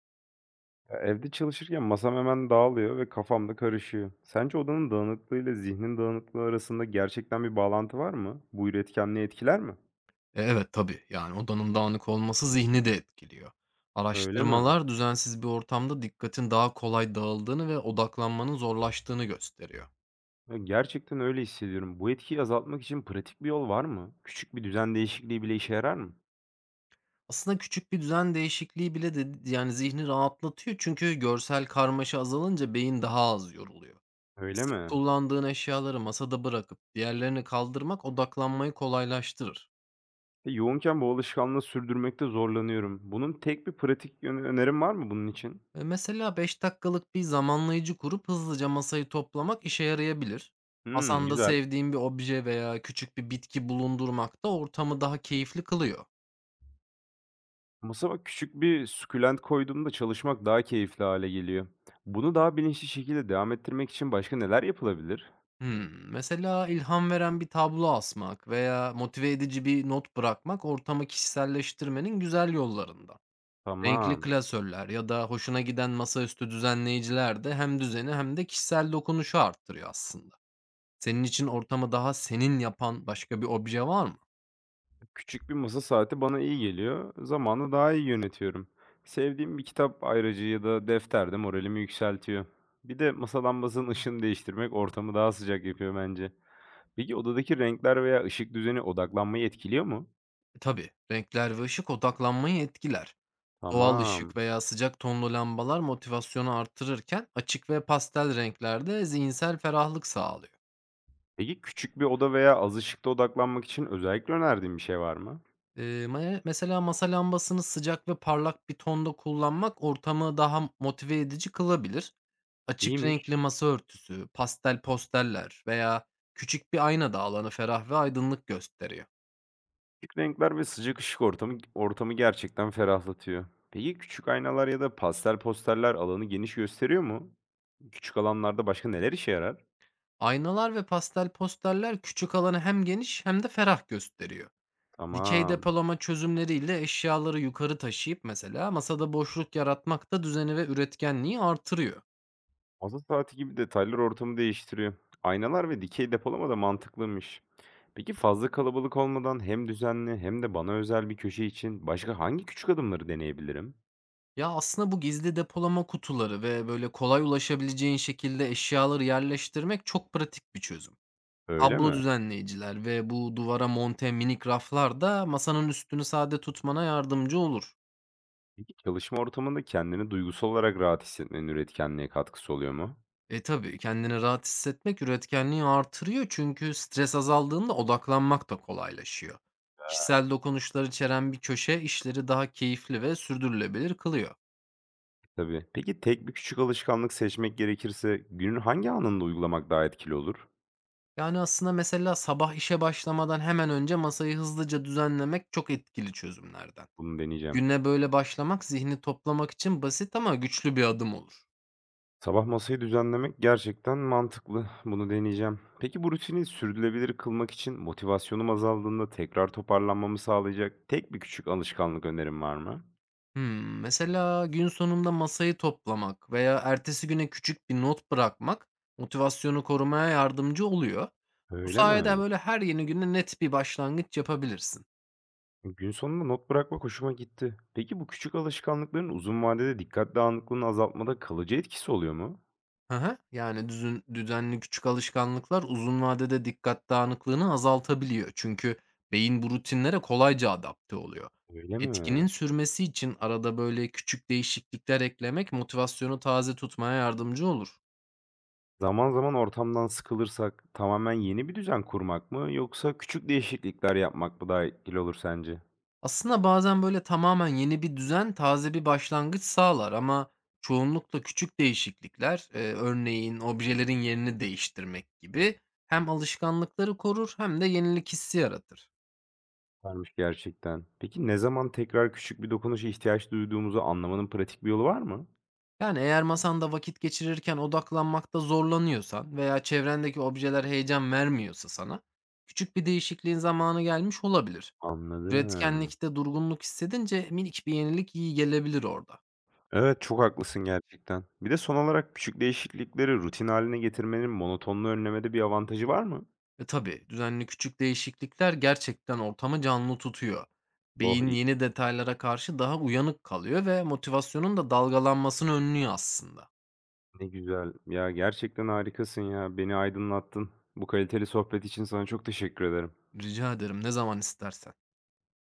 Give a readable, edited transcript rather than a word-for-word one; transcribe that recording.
Ya, evde çalışırken masam hemen dağılıyor ve kafam da karışıyor. Sence odanın dağınıklığıyla zihnin dağınıklığı arasında gerçekten bir bağlantı var mı? Bu üretkenliği etkiler mi? Evet, tabii. Yani odanın dağınık olması zihni de etkiliyor. Öyle mi? Araştırmalar düzensiz bir ortamda dikkatin daha kolay dağıldığını ve odaklanmanın zorlaştığını gösteriyor. Ya, gerçekten öyle hissediyorum. Bu etkiyi azaltmak için pratik bir yol var mı? Küçük bir düzen değişikliği bile işe yarar mı? Aslında küçük bir düzen değişikliği bile de yani zihni rahatlatıyor çünkü görsel karmaşa azalınca beyin daha az yoruluyor. Öyle Sık mi? kullandığın eşyaları masada bırakıp diğerlerini kaldırmak odaklanmayı kolaylaştırır. Yoğunken bu alışkanlığı sürdürmekte zorlanıyorum. Bunun tek bir pratik yönü önerin var mı bunun için? Mesela 5 dakikalık bir zamanlayıcı kurup hızlıca masayı toplamak işe yarayabilir. Hmm, Masanda güzel. sevdiğin bir obje veya küçük bir bitki bulundurmak da ortamı daha keyifli kılıyor. Masama küçük bir sukulent koyduğumda çalışmak daha keyifli hale geliyor. Bunu daha bilinçli şekilde devam ettirmek için başka neler yapılabilir? Mesela ilham veren bir tablo asmak veya motive edici bir not bırakmak ortamı kişiselleştirmenin güzel yollarında. Renkli Tamam. klasörler ya da hoşuna giden masaüstü düzenleyiciler de hem düzeni hem de kişisel dokunuşu arttırıyor aslında. Senin için ortamı daha senin yapan başka bir obje var mı? Küçük bir masa saati bana iyi geliyor. Zamanı daha iyi yönetiyorum. Sevdiğim bir kitap ayracı ya da defter de moralimi yükseltiyor. Bir de masa lambasının ışığını değiştirmek ortamı daha sıcak yapıyor bence. Peki odadaki renkler veya ışık düzeni odaklanmayı etkiliyor mu? Tabii, renkler ve ışık odaklanmayı etkiler. Doğal Tamam. ışık veya sıcak tonlu lambalar motivasyonu artırırken açık ve pastel renklerde zihinsel ferahlık sağlıyor. Peki küçük bir oda veya az ışıkta odaklanmak için özellikle önerdiğin bir şey var mı? E, mesela masa lambasını sıcak ve parlak bir tonda kullanmak ortamı daha motive edici kılabilir. Açık İyiymiş. renkli masa örtüsü, pastel posteller veya küçük bir ayna da alanı ferah ve aydınlık gösteriyor. Küçük renkler ve sıcak ışık ortamı gerçekten ferahlatıyor. Peki küçük aynalar ya da pastel posterler alanı geniş gösteriyor mu? Küçük alanlarda başka neler işe yarar? Aynalar ve pastel posterler küçük alanı hem geniş hem de ferah gösteriyor. Dikey Tamam. depolama çözümleriyle eşyaları yukarı taşıyıp mesela masada boşluk yaratmak da düzeni ve üretkenliği artırıyor. Masa saati gibi detaylar ortamı değiştiriyor. Aynalar ve dikey depolama da mantıklıymış. Peki fazla kalabalık olmadan hem düzenli hem de bana özel bir köşe için başka hangi küçük adımları deneyebilirim? Ya aslında bu gizli depolama kutuları ve böyle kolay ulaşabileceğin şekilde eşyaları yerleştirmek çok pratik bir çözüm. Öyle Kablo mi? düzenleyiciler ve bu duvara monte minik raflar da masanın üstünü sade tutmana yardımcı olur. Peki çalışma ortamında kendini duygusal olarak rahat hissetmenin üretkenliğe katkısı oluyor mu? Tabii, kendini rahat hissetmek üretkenliği artırıyor çünkü stres azaldığında odaklanmak da kolaylaşıyor. Kişisel dokunuşlar içeren bir köşe işleri daha keyifli ve sürdürülebilir kılıyor. Tabii. Peki tek bir küçük alışkanlık seçmek gerekirse günün hangi anında uygulamak daha etkili olur? Yani aslında mesela sabah işe başlamadan hemen önce masayı hızlıca düzenlemek çok etkili çözümlerden. Bunu deneyeceğim. Güne böyle başlamak zihni toplamak için basit ama güçlü bir adım olur. Sabah masayı düzenlemek gerçekten mantıklı. Bunu deneyeceğim. Peki bu rutini sürdürülebilir kılmak için motivasyonum azaldığında tekrar toparlanmamı sağlayacak tek bir küçük alışkanlık önerim var mı? Mesela gün sonunda masayı toplamak veya ertesi güne küçük bir not bırakmak motivasyonu korumaya yardımcı oluyor. Bu Öyle mi? sayede böyle her yeni güne net bir başlangıç yapabilirsin. Gün sonunda not bırakmak hoşuma gitti. Peki bu küçük alışkanlıkların uzun vadede dikkat dağınıklığını azaltmada kalıcı etkisi oluyor mu? Hı Yani düzenli küçük alışkanlıklar uzun vadede dikkat dağınıklığını azaltabiliyor. Çünkü beyin bu rutinlere kolayca adapte oluyor. Öyle mi? Etkinin sürmesi için arada böyle küçük değişiklikler eklemek motivasyonu taze tutmaya yardımcı olur. Zaman zaman ortamdan sıkılırsak tamamen yeni bir düzen kurmak mı yoksa küçük değişiklikler yapmak mı daha etkili olur sence? Aslında bazen böyle tamamen yeni bir düzen taze bir başlangıç sağlar ama çoğunlukla küçük değişiklikler, örneğin objelerin yerini değiştirmek gibi hem alışkanlıkları korur hem de yenilik hissi yaratır. Varmış gerçekten. Peki ne zaman tekrar küçük bir dokunuşa ihtiyaç duyduğumuzu anlamanın pratik bir yolu var mı? Yani eğer masanda vakit geçirirken odaklanmakta zorlanıyorsan veya çevrendeki objeler heyecan vermiyorsa sana, küçük bir değişikliğin zamanı gelmiş olabilir. Anladım. Üretkenlikte durgunluk hissedince minik bir yenilik iyi gelebilir orada. Evet çok haklısın gerçekten. Bir de son olarak küçük değişiklikleri rutin haline getirmenin monotonluğu önlemede bir avantajı var mı? Tabii, düzenli küçük değişiklikler gerçekten ortamı canlı tutuyor. Oh Beyin iyi, yeni detaylara karşı daha uyanık kalıyor ve motivasyonun da dalgalanmasını önlüyor aslında. ne güzel. Ya gerçekten harikasın ya. Beni aydınlattın. Bu kaliteli sohbet için sana çok teşekkür ederim. Rica ederim, ne zaman istersen.